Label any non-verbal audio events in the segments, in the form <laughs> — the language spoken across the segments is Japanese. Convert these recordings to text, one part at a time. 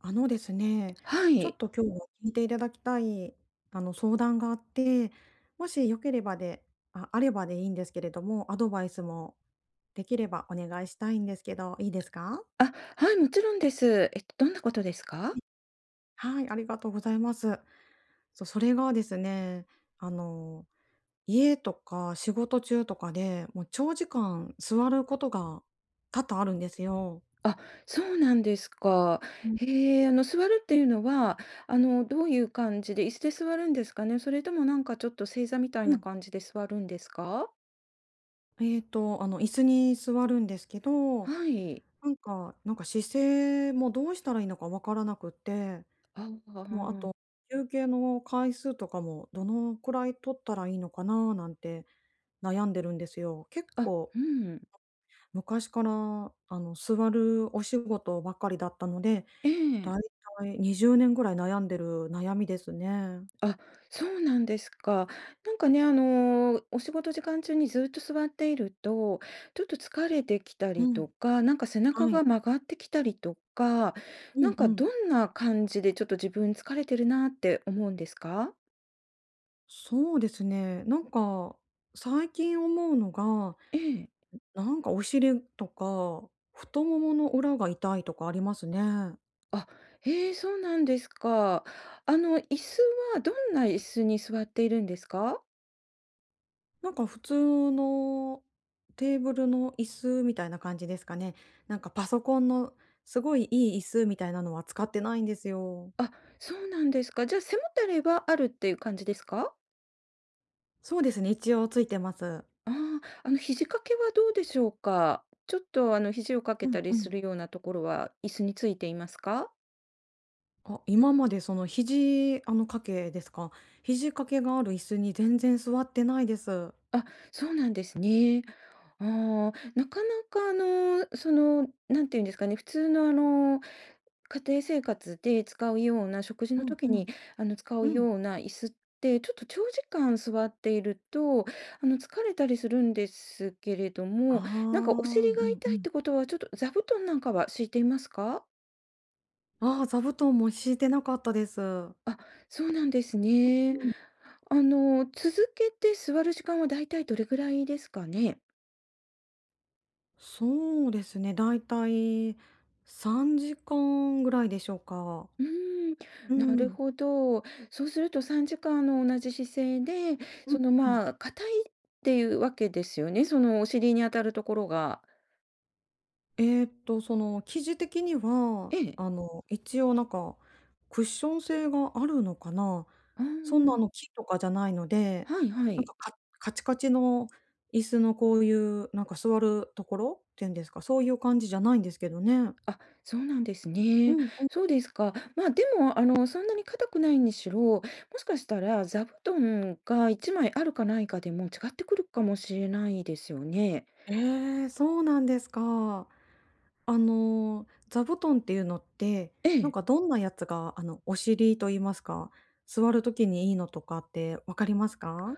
あのですね、はちょっい。と今日は聞いていただきたい、相談があって、もしよければであればでいいんですけれども、アドバイスもできればお願いしたいんですけど、いいですか？あ、はい、もちろんです。どんなことですか？はい、ありがとうございます。そう、それがですね、あの、家とか仕事中とかで、もう長時間座ることが多々あるんですよ。あ、そうなんですか。うん。へえ、座るっていうのは、どういう感じで、椅子で座るんですかね？それともなんかちょっと正座みたいうなん。感じで座るんですか？椅子に座るんですけどはい。なんか姿勢もどうしたらいいのか分からなくって、ああ、もうああと、休憩の回数とかもどのくらい取ったらいいのかななんて悩んでるんですよ。結構うん。昔から、座るお仕事ばっかりだったので、ええ。だいたい20年ぐらい悩んでる悩みですね。あ、そうなんですか。なんかね、お仕事時間中にずっと座っていると、ちょっと疲れてきたうりん。とか、なんか背中はい。が曲がってきたりとか、うなんんうかん。どんな感じでちょっと自分疲れてるなって思うんですか？そうですね。最近思うのがええ。お尻とか、太ももの裏が痛いとかありますね。あ、へえ、そうなんですか。椅子はどんな椅子に座っているんですか？なんか普通のテーブルの椅子みたいな感じですかね。なんかパソコンのすごいいい椅子みたいなのは使ってないんですよ。あ、そうなんですか。じゃあ背もたれはあるっていう感じですか？そうですね、一応ついてます。ああ、肘掛けはどうでしょうか？ちょっと、肘を掛うけんたうりすん。るようなところは椅子についていますか？あ、今までその肘、あの掛けですか。肘掛けがある椅子に全然座ってないです。あ、そうなんですね。ああ、なかなか、なんていうんですかね、普通の、家庭生活で使うような、食事うのん時うん。に、使ううん。ような椅子って、ちょっと長時間座っていると、疲れたりするんですけれどああ。も、なんかお尻うがん痛ういっん。てことは、ちょっと座布団なんかは敷いていますか？ああ、座布団も敷いてなかったです。あ、そうなんですうね。ん。続けて座る時間はだいたいどれぐらいですかね？そうですね、だいたい3時間ぐらいでしょうか。うーん、うなるん。ほど。そうすると3時間の同じ姿勢で、うんその、うん。まあ、硬いっていうわけですよね、そのお尻に当たるところが。その生地的には、ええ。一応なんかクッション性があるのかな。あそんなあの木とかじゃないので、あ、はいはい。カカチカチの椅子のこういうなんか座るところっていうんですか、そういう感じじゃないんですけどね。あ、そうなんですうね。んうん。そうですか。まあ、でも、そんなに硬くないにしろ、もしかしたら座布団が1枚あるかないかでも違ってくるかもしれないですよね。ええ、そうなんですか。あの、座布団っていうのって、えなんえ。かどんなやつが、あの、お尻と言いますか、座る時にいいのとかってわかりますか？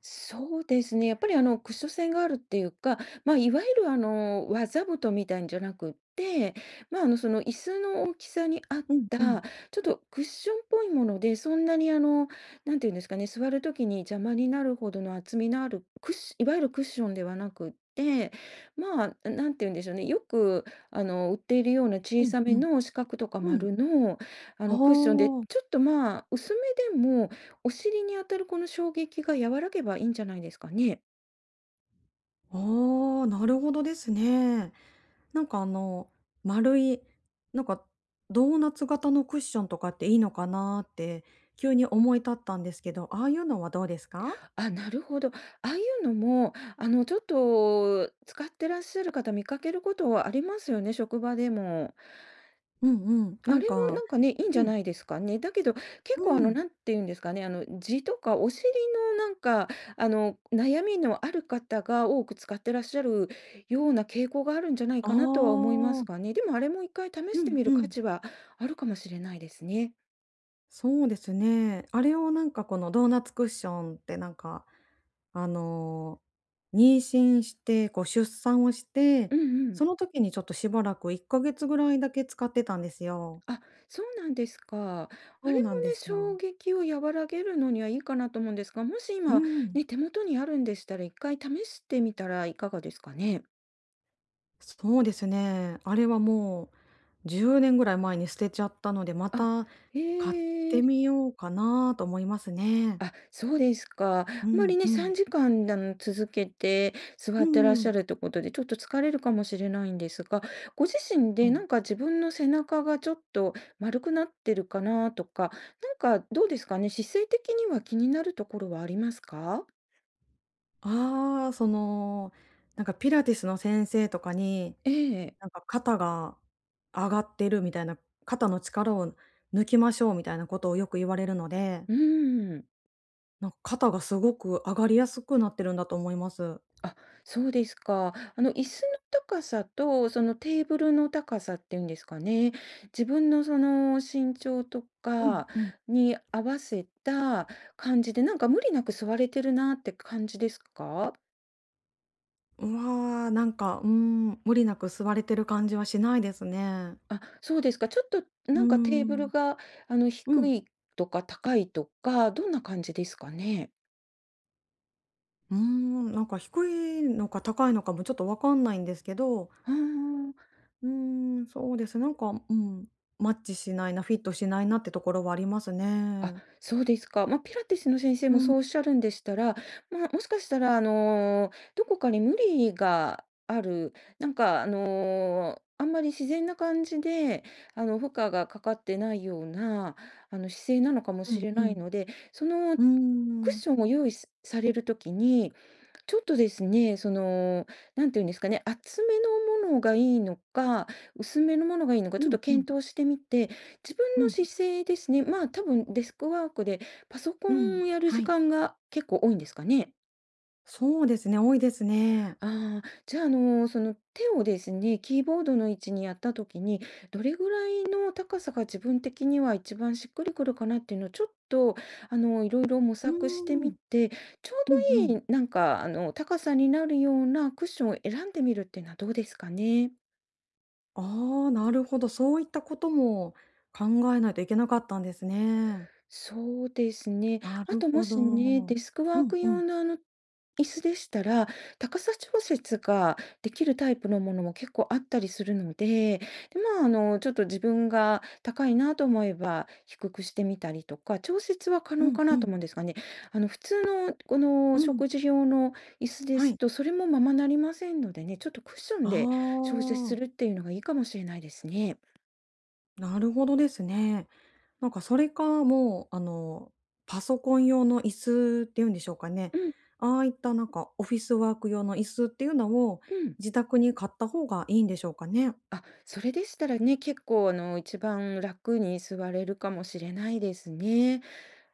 そうですね。やっぱりクッション性があるっていうか、まあ、いわゆるあの技布団みたいんじゃなくって、まあ、あのその椅子の大きさに合っうんうん。た、ちょっとクッションっぽいもので、そんなにあの、なんていうんですかね、座るときに邪魔になるほどの厚みのあるクッシ、いわゆるクッションではなくって、まあ、なんていうんでしょうね、よく売っているようなう小んさめうん。の四角とかうん。丸の、あクッションで、あ、ちょっとまあ薄めでも、お尻に当たるこの衝撃が和らげばいいんじゃないですかね。ああ、なるほどですね。なんかあの、丸い、なんかドーナツ型のクッションとかっていいのかなって急に思い立ったんですけど、ああいうのはどうですか？あ、なるほど。ああいうのも、ちょっと使ってらっしゃる方見かけることはありますよね、職場でも。うんうん。なあれんもかなんかね、いいんじうゃん、ないですかね。だけど、結う構あの、ん。なんていうんですかね、痔とかお尻のなんか、悩みのある方が多く使ってらっしゃるような傾向があるんじゃないあかなとは思いまあ。すがね。でもあれも一回試うしてんみるう価ん。値はあるかもしれないですね。そうですね。あれをなんかこのドーナツクッションってあの、妊娠して、こう出産をして、うんうそん。の時にちょっとしばらく1ヶ月ぐらいだけ使ってたんですよ。あ、そうなんですか。あれもそうね、なんですよ。衝撃を和らげるのにはいいかなと思うんですが、もしう今、ん。ね、手元にあるんでしたら、一回試してみたらいかがですかね？そうですね。あれはもう10年ぐらい前に捨てちゃったので、まあ、た買っえてえ。みようかなと思いますね。あ、そうですか。うあまんりね、うん。3時間、続けて座うってんらっうしん。ゃるってことで、ちょっと疲れるかもしれないんですが、ご自身うでなん。んか自分の背中がちょっと丸くなってるかなとか、なんかどうですかね、姿勢的には気になるところはありますか？ああ、ピラティスの先生とかに、ええ。なんか肩が上がってるみたいな、肩の力を抜きましょうみたいなことをよく言われるので、うーん。なんか肩がすごく上がりやすくなってるんだと思います。あ、そうですか。椅子の高さと、そのテーブルの高さっていうんですかね、自分のその身長とうんかうん。に合わせた感じで、なんか無理なく座れてるなって感じですか？うわー、無理なく座れてる感じはしないですね。あ、そうですか。ちょっとうーなんかテーブルん。が、う低ん。いとか高いとか、どんな感じですかね？うーん、なんか低いのか高いのかもちょっとわかんないんですけど。ああ。うーん、そうです。マッチしないな、フィットしないなってところはありますあ、ね。そうですか。まあ、ピラティスの先生うもん、そうおっしゃるんでしたら、まあ、もしかしたら、どこかに無理がある、なんか、あんまり自然な感じで、負荷がかかってないような、姿勢なのかもうしん、れうないん。ので、そのうークッん。ションを用意すされるときに、ちょっとですね、その、なんていうんですかね、厚めのものがいいのか、薄めのものがいいのか、ちうょっんとうん、検討してみて、自分うのん、姿勢ですね、まあ多分デスクワークでパソコうん。ンをやるは時い。間が結構多いんですかね。そうですね、多いですね。ああ、じゃあ、その手をですね、キーボードの位置にやった時に、どれぐらいの高さが自分的には一番しっくりくるかなっていうのをちょっと、いろいろ模う索してーみん。て、ちょうんううん。どいい、なんか、高さになるようなクッションを選んでみるっていうのはどうですかね。ああ、なるほど。そういったことも考えないといけなかったんですね。そうですね。なあるともほど。しね、デスクうワーんクうん。用の椅子でしたら、高さ調節ができるタイプのものも結構あったりするので、で、まあ、ちょっと自分が高いなと思えば低くしてみたりとか、調節は可う能んかうなとん。思うんですがね、普通のこうのん。食事用の椅子ではい。すと、それもままなりませんのでね、ちょっとクッションあで調節すあ、るっていうのがいいかもしれないですね。なるほどですね。なんかそれか、もう、あの、パソコン用の椅子っていうんでしょうかね。うん、ああいったなんかオフィスワーク用の椅子っていうのをうん。自宅に買った方がいいんでしょうかね。あ、それでしたらね、結構あの、一番楽に座れるかもしれないですね。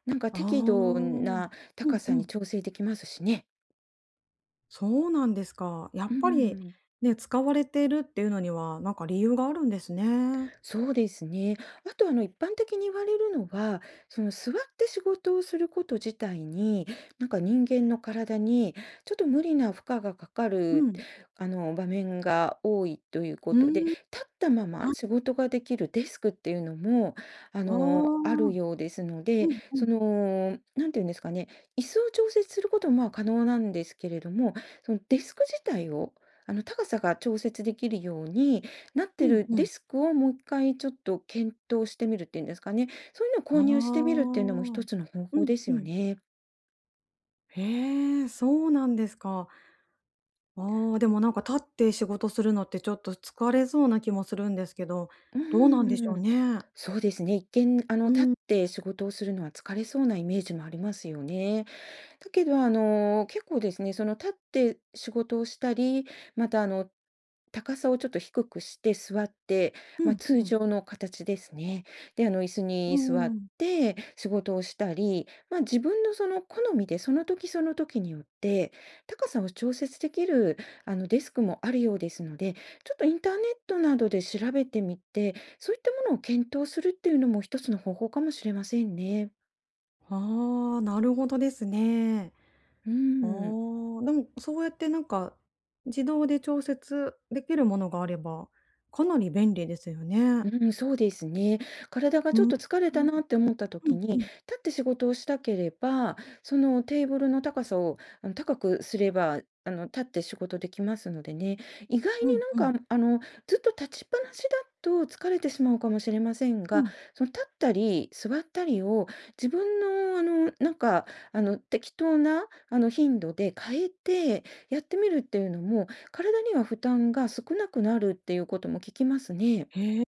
なんかああ。適度うなん高うさにん。調整できますしね。そうなんですか。やっうぱりん、ね、使われているっていうのには、なんか理由があるんですね。そうですね。あと一般的に言われるのは、その座って仕事をすること自体に、なんか人間の体にちょっと無理な負荷がかかうるん。場面が多いというこうとで、ーん。立ったままは仕い。事ができるデスクっていうのもああ。あるよううですので、んうん。そのなんていうんですかね、椅子を調節することもまあ可能なんですけれども、そのデスク自体を高さが調節できるようになってうんるうディん。スクをもう1回ちょっと検討してみるっていうんですかね。そういうのをあ購入してみるあ。っていうのも一つの方う法んですうよん。ね。へえ、そうなんですか。ああ、でもなんか立って仕事するのってちょっと疲れそうな気もするんですけど、うんどうなうんでしんょううん。ね。そうですね。一見、う立っん、て仕事をするのは疲れそうなイメージもありますよね。だけど、結構ですね、その立って仕事をしたり、またあの高さをちょっと低くして座って、うまあ、ん、う通ん、常の形ですね。で、椅子うにんう座んうっんうん。て仕事をしたり、まあ、自分のその好みで、その時その時によって、高さを調節できる、デスクもあるようですので、ちょっとインターネットなどで調べてみて、そういったものを検討するっていうのも一つの方法かもしれませんね。ああ、なるほどですね。うああ、ん。でもそうやってなんか、自動で調節できるものがあれば、かなり便利ですよね。うん、そうですね。体がうちょっん、と疲れうたん、なって思ったう時ん、うに、立ん、って仕事をしたければ、そのテーブルの高さを高くすれば、立って仕事できますのでね、意外にうん、なんかあのずっと立ちっぱなしだと疲れてしまうかもしれませんうが、ん。その立ったり座ったりを自分の適当な頻度で変えてやってみるっていうのも、体には負担が少なくなるっていうことも聞きますね。へえ、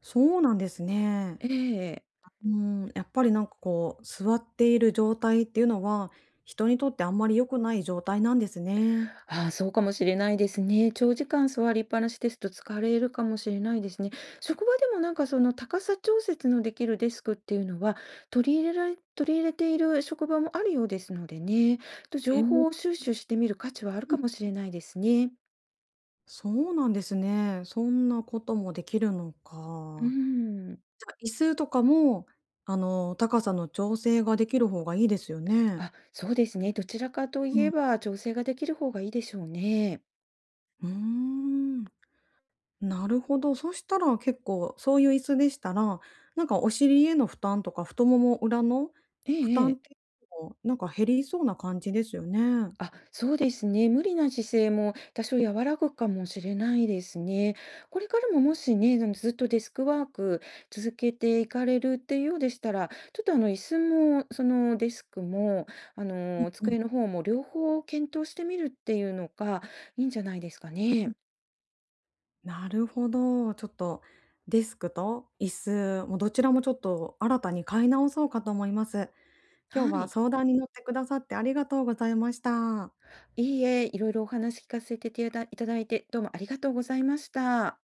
そうなんですね。ええ。うーん、やっぱりなんかこう、座っている状態っていうのは、人にとってあんまり良くない状態なんですね。ああ、そうかもしれないですね。長時間座りっぱなしですと疲れるかもしれないですね。職場でもなんかその高さ調節のできるデスクっていうのは、取り入れている職場もあるようですのでね、とええ、情うん。報を収集してみる価値はあるかも <laughs> しれないですね。そうなんですね。そんなこともできるのうか。ん。じゃあ、椅子とかも、あの、高さの調整ができる方がいいですよね。あ、そうですね。どちらかとういん。えば調整ができる方がいいでしょうね。うーん、なるほど。そしたら結構そういう椅子でしたら、なんかお尻への負担とか太もも裏のえ負ええ担っえ。ていうのも、なんか減りそうな感じですよね。うんあ、そうですね。無理な姿勢も多少和らぐかもしれないですね。これからももしね、あのずっとデスクワーク続けていかれるっていうようでしたら、ちょっとあの椅子も、そのデスクも、あのうん。机の方も両方検討してみるっていうのがいいんじゃないですかね。なるほど。ちょっとデスクと椅子、もどちらもちょっと新たに買い直そうかと思います。今日ははい。相談に乗ってくださってありがとうございました。いいえ、いろいろお話聞かせていただいただいて、どうもありがとうございました。